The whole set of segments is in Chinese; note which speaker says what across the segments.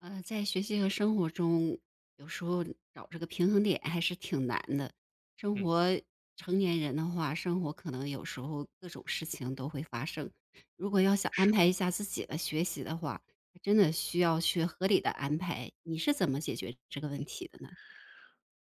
Speaker 1: 在学习和生活中，有时候找这个平衡点还是挺难的。生
Speaker 2: 嗯，
Speaker 1: 活成年人的话，生活可能有时候各种事情都会发生。如果要想安
Speaker 2: 是
Speaker 1: 排
Speaker 2: 的。
Speaker 1: 一下自己的学习的话，还真的需要去合理的安排。你是怎么解决这个问题的呢？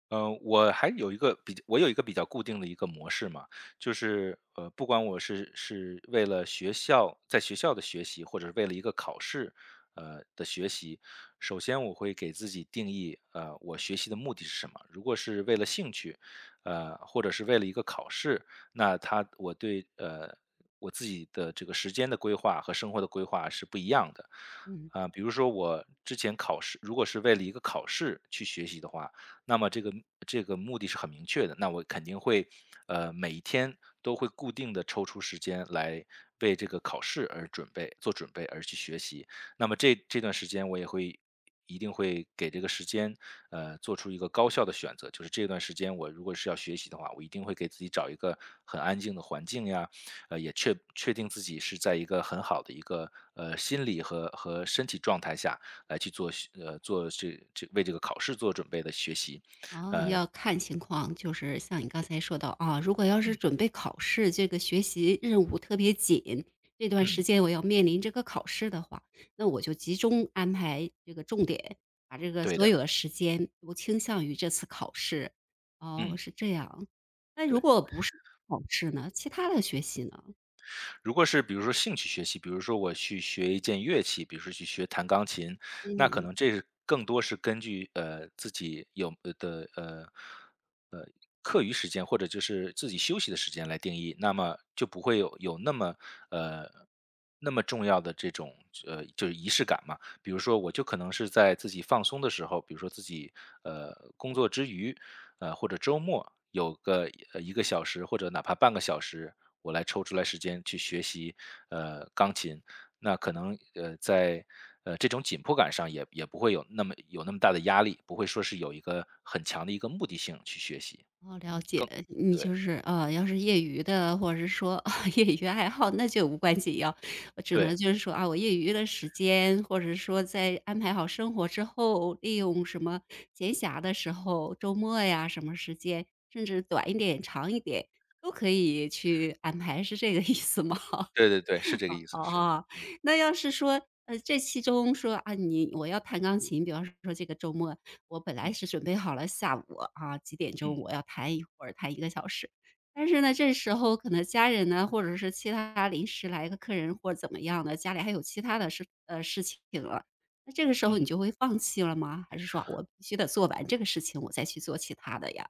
Speaker 2: 我有一个比较固定的一个模式嘛，就是不管我是为了学校在学校的学习，或者是为了一个考试的学习。首先我会给自己定义，我学习的目的是什么？如果是为了兴趣，或者是为了一个考试，那他我对呃我自己的这个时间的规划和生活的规划是不一样的。
Speaker 1: 嗯。
Speaker 2: 比如说我之前考试，如果是为了一个考试去学习的话，那么这个目的是很明确的。那我肯定会，每一天都会固定的抽出时间来为这个考试而准备做准备而去学习。那么这段时间我也会一定会给这个时间，做出一个高效的选择。就是这段时间我如果是要学习的话，我一定会给自己找一个很安静的环境呀，也确定自己是在一个很好的一个，心理和身体状态下，来去做这为这个考试做准备的学习。
Speaker 1: 哦，要看情况，就是像你刚才说到啊，如果要是
Speaker 2: 嗯
Speaker 1: 准备考试，这个学习任务特别紧，这段时
Speaker 2: 嗯，
Speaker 1: 间我要面临这个考试的话，那我就集中安排这个重点，把这个
Speaker 2: 对
Speaker 1: 所
Speaker 2: 的，
Speaker 1: 有的时间都倾向于这次考试。哦，
Speaker 2: 嗯，
Speaker 1: 是这样。那如
Speaker 2: 对。
Speaker 1: 果不是考试呢？其他的学习呢？
Speaker 2: 如果是比如说兴趣学习，比如说我去学一件乐器，比如说去学弹钢琴，那可
Speaker 1: 嗯。
Speaker 2: 能这是更多是根据，自己课余时间或者就是自己休息的时间来定义。那么就不会有那么呃那么重要的这种就是仪式感嘛。比如说，我就可能是在自己放松的时候，比如说自己工作之余，或者周末有个一个小时或者哪怕半个小时，我来抽出来时间去学习钢琴。那可能在这种紧迫感上也不会有那么大的压力，不会说是有一个很强的一个目的性去学习。
Speaker 1: 哦，了
Speaker 2: 嗯，更
Speaker 1: 解，你
Speaker 2: 对，
Speaker 1: 就是，要是业余的，或者是说 业余爱好，那就无关紧要。我只
Speaker 2: 对，
Speaker 1: 能就是说，啊，我业余的时间，或者是说在安排好生活之后，利用什么闲暇的时候，周末呀，什么时间，甚至短一点、长一点，都可以去安排，是这个意思吗？
Speaker 2: 对对对，是这个意思，是。
Speaker 1: 哦，那要是说，这其中说啊，你我要弹钢琴，比方说这个周末，我本来
Speaker 2: 嗯
Speaker 1: 是准备好了下午啊几点钟我
Speaker 2: 嗯
Speaker 1: 要弹一会儿，弹一个小时。但是呢，这时候可能家人呢，或者是其他临时来个客人或者怎么样的，家里还有其他事情了。那这个时候
Speaker 2: 嗯
Speaker 1: 你就会放弃了吗？还是说啊我必须得做完这个事情，我再去做其他的呀？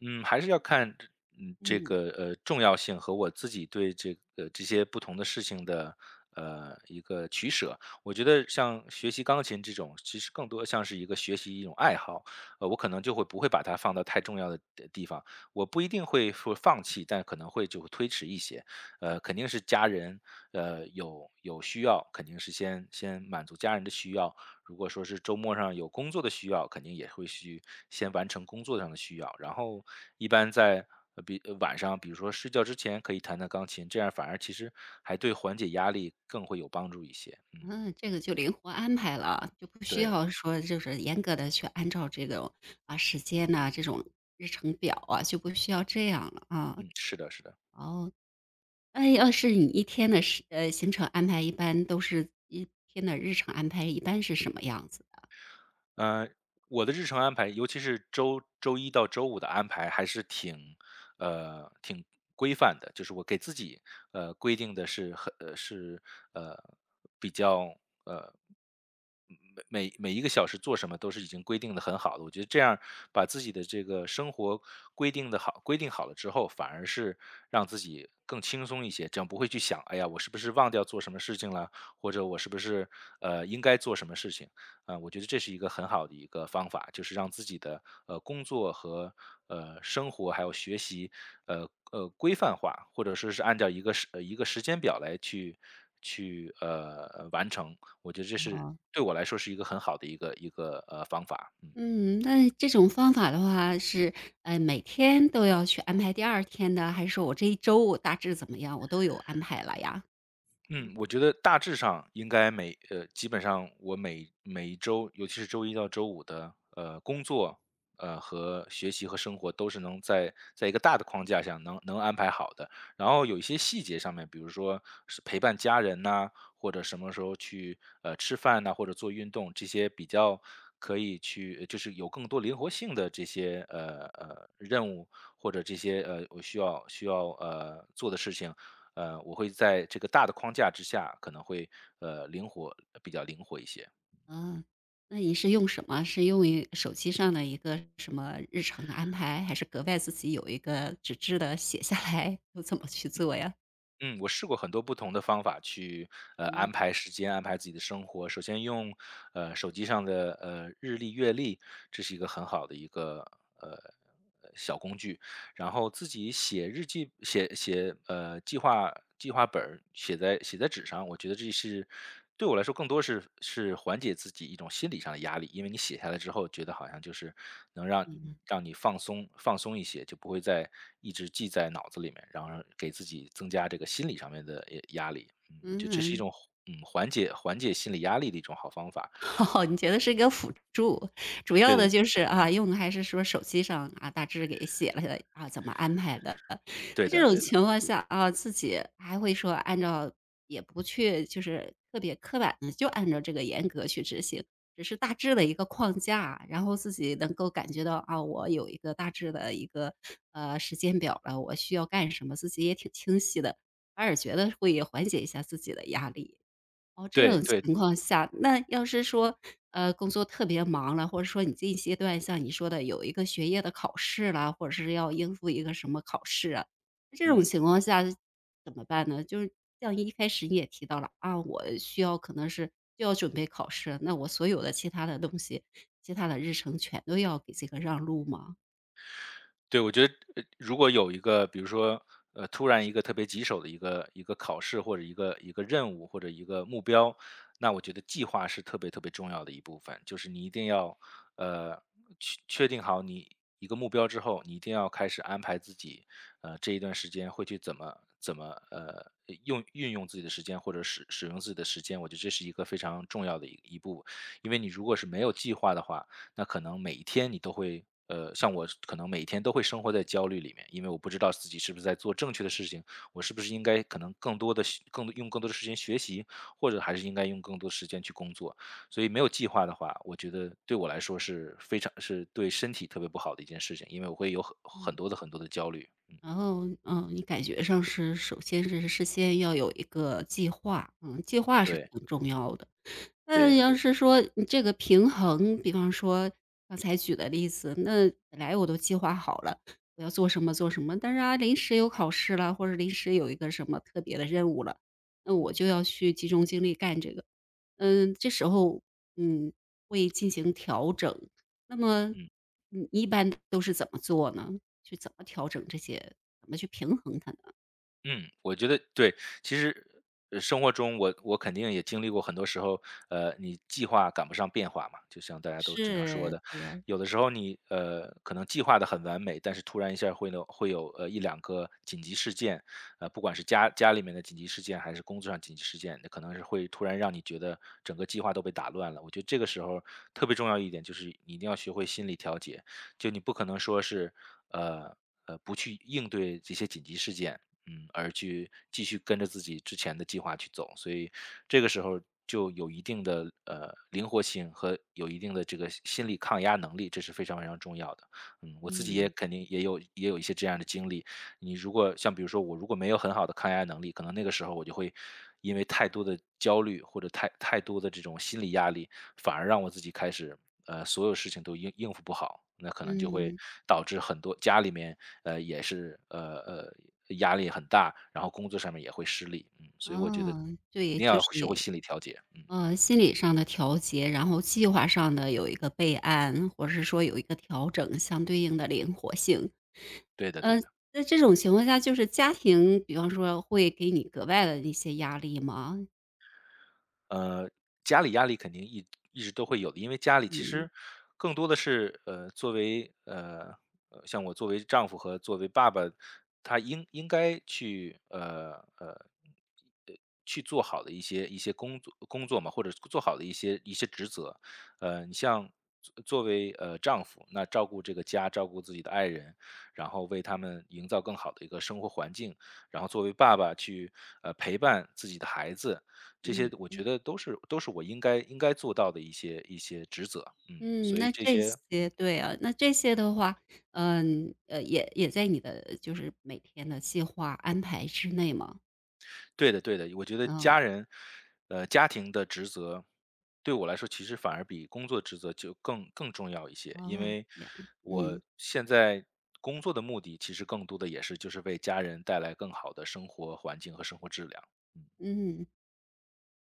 Speaker 2: 嗯，还是要嗯，这
Speaker 1: 嗯。
Speaker 2: 个，重要性和我自己对这些不同的事情的，一个取舍。我觉得像学习钢琴这种，其实更多像是一个学习一种爱好。我可能就会不会把它放到太重要的地方，我不一定会说放弃，但可能会就推迟一些。肯定是家人，有需要，肯定是先满足家人的需要。如果说是周末上有工作的需要，肯定也会去先完成工作上的需要。然后一般在呃比呃晚上，比如说睡觉之前可以弹钢琴，这样反而其实还对缓解压力更会有帮助一些。嗯，
Speaker 1: 嗯，这个就灵活安排了，就不需
Speaker 2: 对。
Speaker 1: 要说就是严格的去按照这种，啊，时间呐，这种日程表啊，就不需要这样了啊。
Speaker 2: 嗯，是的，是的。
Speaker 1: 哦，那要是你一天的时呃，行程安排一般都是一天的日程安排一般是什么样子的？
Speaker 2: 呃，我的日程安排，尤其是周一到周五的安排，还是挺挺规范的。就是我给自己规定的是很呃是呃比较。嗯每一个小时做什么都是已经规定的很好的。我觉得这样把自己的这个生活规定好了之后，反而是让自己更轻松一些。这样不会去想，哎呀，我是不是忘掉做什么事情了，或者我是不是应该做什么事情？我觉得这是一个很好的一个方法。就是让自己的工作和生活还有学习规范化，或者说是按照一个一个时间表来去完成。我觉得这是
Speaker 1: 哦。
Speaker 2: 对我来说是一个很好的一个，方法。嗯。
Speaker 1: 嗯，那这种方法的话是，每天都要去安排第二天的，还是说我这一周我大致怎么样，我都有安排了呀？
Speaker 2: 嗯，我觉得大致上应该基本上我每一周，尤其是周一到周五的工作，和学习和生活都是能在一个大的框架下能安排好的。然后有一些细节上面，比如说是陪伴家人呐、或者什么时候去吃饭呐、或者做运动，这些比较可以去就是有更多灵活性的这些任务或者这些我需要做的事情。我会在这个大的框架之下，可能会呃灵活比较灵活一些。
Speaker 1: 嗯，那你是用什么？是用于手机上的一个什么日程安排，还是格外自己有一个纸质的写下来，又怎么去做呀？
Speaker 2: 嗯，我试过很多不同的方法去安
Speaker 1: 嗯。
Speaker 2: 排时间，安排自己的生活。首先用手机上的日历、月历，这是一个很好的一个呃小工具。然后自己写日记，写写呃计划本儿，写在纸上。我觉得这是对我来说更多是是缓解自己一种心理上的压力。因为你写下来之后，觉得好像就是能
Speaker 1: 嗯
Speaker 2: 让你放松一些，就不会再一直记在脑子里面，然后给自己增加这个心理上面的压力。嗯，我觉得
Speaker 1: 嗯
Speaker 2: 这是一
Speaker 1: 嗯
Speaker 2: 种缓解心理压力的一种好方法。
Speaker 1: 哦，你觉得是一个辅助，主
Speaker 2: 对
Speaker 1: 要
Speaker 2: 对
Speaker 1: 的
Speaker 2: 对，
Speaker 1: 就是啊，用的还是说手机上啊，大致给写了下来啊，怎么安排的。
Speaker 2: 对
Speaker 1: 在这
Speaker 2: 的
Speaker 1: 种
Speaker 2: 对的，
Speaker 1: 情况下啊，自己还会说按照也不去就是特别刻板的，就按照这个严格去执行，只是大致的一个框架，然后自己能够感觉到啊，我有一个大致的一个，时间表了，我需要干什么，自己也挺清晰的，反而觉得会缓解一下自己的压力。哦，这
Speaker 2: 对
Speaker 1: 种
Speaker 2: 对。
Speaker 1: 情况下，那要是说，工作特别忙了，或者说你这一阶段像你说的有一个学业的考试啦，或者是要应付一个什么考试啊，这种
Speaker 2: 嗯。
Speaker 1: 情况下怎么办呢？就是像一开始你也提到了啊，我需要可能是就要准备考试，那我所有的其他的东西，其他的日程全都要给这个让路吗？
Speaker 2: 对，我觉得，如果有一个，比如说，突然一个特别棘手的一个考试或者一个任务或者一个目标，那我觉得计划是特别特别重要的一部分。就是你一定要，呃，确定好你一个目标之后，你一定要开始安排自己，这一段时间会去怎么呃运用自己的时间或者使用自己的时间。我觉得这是一个非常重要的一步。因为你如果是没有计划的话，那可能每一天你都会，像我可能每一天都会生活在焦虑里面，因为我不知道自己是不是在做正确的事情，我是不是应该可能更用更多的时间学习，或者还是应该用更多的时间去工作。所以没有计划的话，我觉得对我来说是非常是对身体特别不好的一件事情，因为我会有很
Speaker 1: 嗯。
Speaker 2: 多的很多的焦虑。嗯，
Speaker 1: 然后，嗯，你感觉上是首先是事先要有一个计划，嗯，计划是
Speaker 2: 对，
Speaker 1: 挺重要的。
Speaker 2: 对
Speaker 1: 那
Speaker 2: 的，
Speaker 1: 要
Speaker 2: 对。
Speaker 1: 是说你这个平衡，比方说刚才举的例子，那本来我都计划好了，我要做什
Speaker 2: 嗯
Speaker 1: 么做什么，但是啊，临时有考试了，或者临时有一个什么特别的任务了，那我
Speaker 2: 嗯
Speaker 1: 就要去集中精力干这个。嗯，这时候嗯会进行调整。那么
Speaker 2: 嗯。
Speaker 1: 你一般都是怎么做呢？去怎么调整这些？怎么去平衡它呢？
Speaker 2: 嗯，我觉得对。其实，生活中我肯定也经历过很多时候，你计划赶不上变化嘛，就像大家都经常说
Speaker 1: 是，
Speaker 2: 的。
Speaker 1: 对呀，
Speaker 2: 有的时候你可能计划的很完美，但是突然一下会有一两个紧急事件，不管是家里面的紧急事件，还是工作上紧急事件，可能是会突然让你觉得整个计划都被打乱了。我觉得这个时候特别重要一点就是你一定要学会心理调节。就你不可能说是呃。不去应对这些紧急事件，嗯，而去继续跟着自己之前的计划去走。所以这个时候就有一定的灵活性和有一定的这个心理抗压能力，这是非常非常重要的。嗯，我自己也
Speaker 1: 嗯
Speaker 2: 肯定也有一些这样的经历。你如果像比如说我如果没有很好的抗压能力，可能那个时候我就会因为太多的焦虑或者太多的这种心理压力，反而让我自己开始所有事情都应付不好，那可能就会
Speaker 1: 嗯，
Speaker 2: 导致很多家里面呃，也是呃呃压力很大，然后工作上面也会失利。嗯，所以我觉得
Speaker 1: 哦，
Speaker 2: 一
Speaker 1: 对，
Speaker 2: 定
Speaker 1: 就
Speaker 2: 要
Speaker 1: 是
Speaker 2: 学会心理调节。嗯，
Speaker 1: 心理上的调节，然后计划上的有一个备案，或者是说有一个调整，相对应的灵活性。
Speaker 2: 对的对
Speaker 1: 呃，
Speaker 2: 的。
Speaker 1: 在这种情况下，就是家庭，比方说会给你格外的一些压力吗？
Speaker 2: 呃，家里压力肯定一直都会有的，因为家里其实更多的是，像我作为丈夫和作为爸爸，他应该去，呃，呃，去做好的一些工作嘛，或者做好的一些职责。你像作为，丈夫，那照顾这个家，照顾自己的爱人，然后为他们营造更好的一个生活环境，然后作为爸爸去，陪伴自己的孩子，这些
Speaker 1: 嗯
Speaker 2: 我觉
Speaker 1: 嗯
Speaker 2: 得都是我应该做到的一些职责，嗯，
Speaker 1: 嗯，
Speaker 2: 所以
Speaker 1: 那
Speaker 2: 这
Speaker 1: 这
Speaker 2: 些，嗯，
Speaker 1: 些对啊，那这些的话，也也在你的就是每天的计划安排之内吗？
Speaker 2: 对的对的，我觉得
Speaker 1: 嗯，
Speaker 2: 家人，家庭的职责对我来说其实反而比工作职责就更重要一些，因
Speaker 1: 哦，
Speaker 2: 为
Speaker 1: 这样，
Speaker 2: 我
Speaker 1: 嗯
Speaker 2: 现在工作的目的其实更多的也是就是为家人带来更好的生活环境和生活质量，嗯，
Speaker 1: 嗯。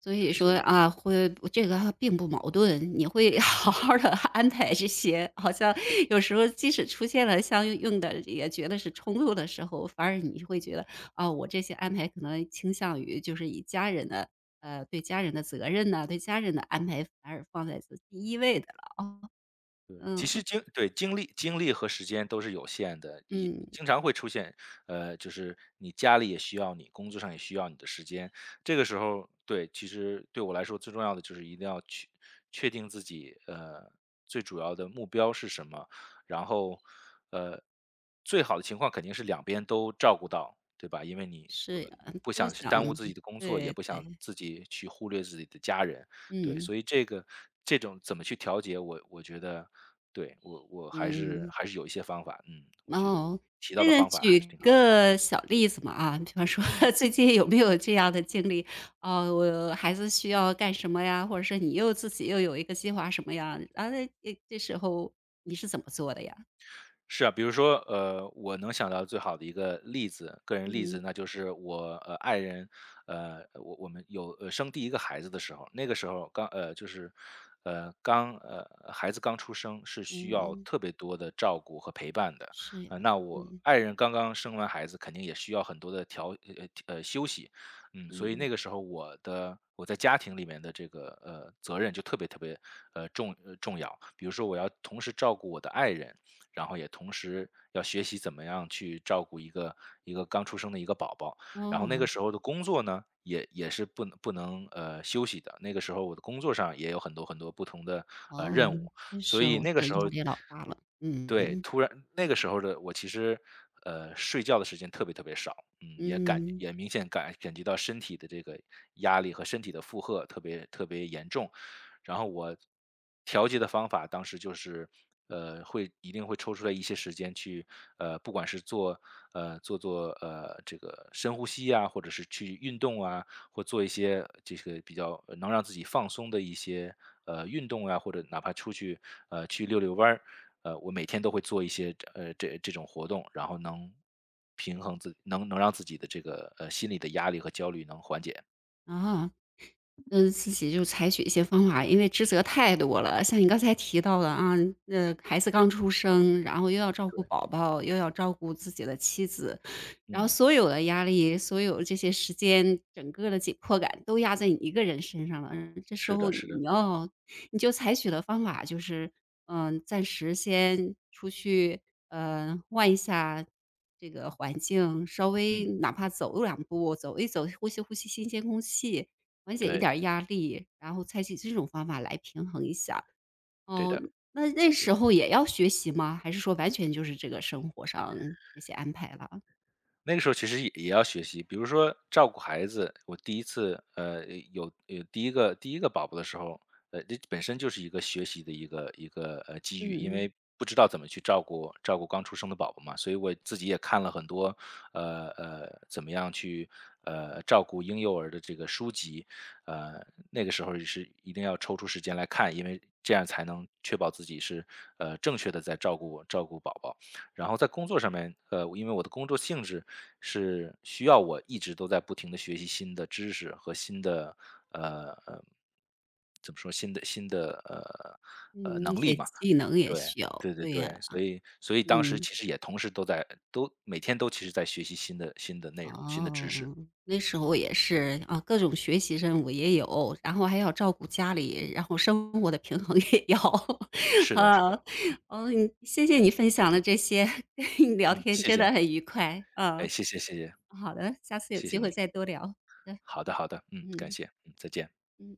Speaker 1: 所
Speaker 2: 对，
Speaker 1: 以
Speaker 2: 所
Speaker 1: 说
Speaker 2: 以
Speaker 1: 啊，会这个还并不矛盾，你会 好好的安排这些。好像有时候即使出现了相应的，也觉得是冲突的时候，反而你会觉得啊，我这些安排可能倾向于就是以家人的对家人的责任呐、对家人的安排反而放在是第一位的了啊。
Speaker 2: 对，其实
Speaker 1: 嗯
Speaker 2: 精对，精力和时间都是有限的，也
Speaker 1: 嗯，
Speaker 2: 经常会出现，就是你家里也需要你，工作上也需要你的时间。这个时候，对，其实对我来说最重要的就是一定要去确定自己，最主要的目标是什么，然后，呃，最好的情况肯定是两边都照顾到，对吧？因为你。
Speaker 1: 是
Speaker 2: 呃
Speaker 1: 呀，
Speaker 2: 不
Speaker 1: 都
Speaker 2: 想去
Speaker 1: 想
Speaker 2: 耽误自己的工作，也
Speaker 1: 对
Speaker 2: 不想
Speaker 1: 对，
Speaker 2: 自己去忽略自己的家人，对，
Speaker 1: 嗯
Speaker 2: 所以这种怎么去调节我，我觉得对，我我还是
Speaker 1: 嗯。
Speaker 2: 还是有一些方法，嗯，我觉得
Speaker 1: 哦，
Speaker 2: 提到
Speaker 1: 那
Speaker 2: 的
Speaker 1: 个
Speaker 2: 方法还
Speaker 1: 举
Speaker 2: 是挺好的，
Speaker 1: 个小例子嘛啊，比方说
Speaker 2: 嗯。
Speaker 1: 最近有没有这样的经历？哦，我孩子需要干什么呀？或者是你又自己又有一个计划什么呀？啊，那这这时候你是怎么做的呀？
Speaker 2: 是啊，比如说，我能想到最好的一个例子，个人例子，
Speaker 1: 嗯
Speaker 2: 那就是我爱人，我们生第一个孩子的时候，那个时候刚呃就是，呃刚呃孩子刚出生是需要
Speaker 1: 嗯，
Speaker 2: 特别多的照顾和陪伴的，
Speaker 1: 是呀，
Speaker 2: 那我
Speaker 1: 嗯
Speaker 2: 爱人刚刚生完孩子，肯定也需要很多的休息，嗯，所以那
Speaker 1: 嗯，
Speaker 2: 个时候我在家庭里面的这个责任就特别特别重要，比如说我要同时照顾我的爱人，然后也同时要学习怎么样去照顾一个刚出生的一个宝宝。然后那
Speaker 1: 哦
Speaker 2: 个时候的工作呢，也是不能休息的。那个时候我的工作上也有很多很多不同的
Speaker 1: 哦，
Speaker 2: 任务，
Speaker 1: 这
Speaker 2: 所
Speaker 1: 时候
Speaker 2: 以
Speaker 1: 我
Speaker 2: 那
Speaker 1: 觉
Speaker 2: 个
Speaker 1: 得
Speaker 2: 时候
Speaker 1: 压力老大了，
Speaker 2: 对，
Speaker 1: 嗯
Speaker 2: 突然那个时候的我其实，睡觉的时间特别特别少，嗯，也感
Speaker 1: 嗯
Speaker 2: 也明显感觉到身体的这个压力和身体的负荷特别特别严重，然后我调节的方法当时就是，会一定会抽出来一些时间去，不管是做这个深呼吸啊，或者是去运动啊，或做一些这个比较能让自己放松的一些运动啊，或者哪怕出去去溜溜弯儿，我每天都会做一些这种活动，然后能平衡自能能让自己的这个心理的压力和焦虑能缓解。
Speaker 1: 啊。嗯，自己就采取一些方法，因为职责太多了。像你刚才提到的啊，孩子刚出生，然后又要照顾
Speaker 2: 对，
Speaker 1: 宝宝，又要照顾自己的妻子，然后
Speaker 2: 嗯，
Speaker 1: 所有的压力，所有这些时间，整个的紧迫感都压在你一个人身上了。嗯这时
Speaker 2: 是的，
Speaker 1: 候
Speaker 2: 是的，
Speaker 1: 你要，你就采取的方法就是，嗯、暂时先出去，换一下这个环境，稍
Speaker 2: 嗯，
Speaker 1: 微哪怕走两步，走一走，呼吸呼吸新鲜空气，缓解一
Speaker 2: 对，
Speaker 1: 点儿压力，然后采取这种方法来平衡一下。
Speaker 2: 对
Speaker 1: 哦，
Speaker 2: 的。
Speaker 1: 那那时候也要学习吗？还是说完全就是这个生活上这些安排了？
Speaker 2: 那个时候其实也要学习，比如说照顾孩子，我第一次有第一个宝宝的时候，这本身就是一个学习的一个机遇，因
Speaker 1: 嗯
Speaker 2: 为不知道怎么去照顾刚出生的宝宝嘛，所以我自己也看了很多怎么样去照顾婴幼儿的这个书籍，呃那个时候是一定要抽出时间来看，因为这样才能确保自己是正确的在照顾宝宝。然后在工作上面，因为我的工作性质是需要我一直都在不停的学习新的知识和新的，呃，呃，怎么说，新的新的，呃，呃，
Speaker 1: 嗯，一
Speaker 2: 能力
Speaker 1: 些
Speaker 2: 嘛，
Speaker 1: 技能也
Speaker 2: 对，
Speaker 1: 需要，
Speaker 2: 对对
Speaker 1: 对呀，
Speaker 2: 对，所以所以当时
Speaker 1: 嗯，
Speaker 2: 其实也同时都在每天都在学习新的内容、新的知识。
Speaker 1: 哦，那时候也是啊，各种学习任务也有，然后还要照顾家里，然后生活的平衡也要，
Speaker 2: 是的是
Speaker 1: 啊，
Speaker 2: 的，
Speaker 1: 哦嗯，谢谢你分享的这些，跟你聊
Speaker 2: 嗯，
Speaker 1: 天
Speaker 2: 谢
Speaker 1: 真
Speaker 2: 谢，
Speaker 1: 的很愉快，
Speaker 2: 哎，
Speaker 1: 啊。
Speaker 2: 谢谢，
Speaker 1: 好的，下次有
Speaker 2: 谢谢
Speaker 1: 机会
Speaker 2: 你。
Speaker 1: 再多聊。好的，
Speaker 2: 好的好的，嗯，感
Speaker 1: 嗯
Speaker 2: 谢，嗯，再见。
Speaker 1: 嗯。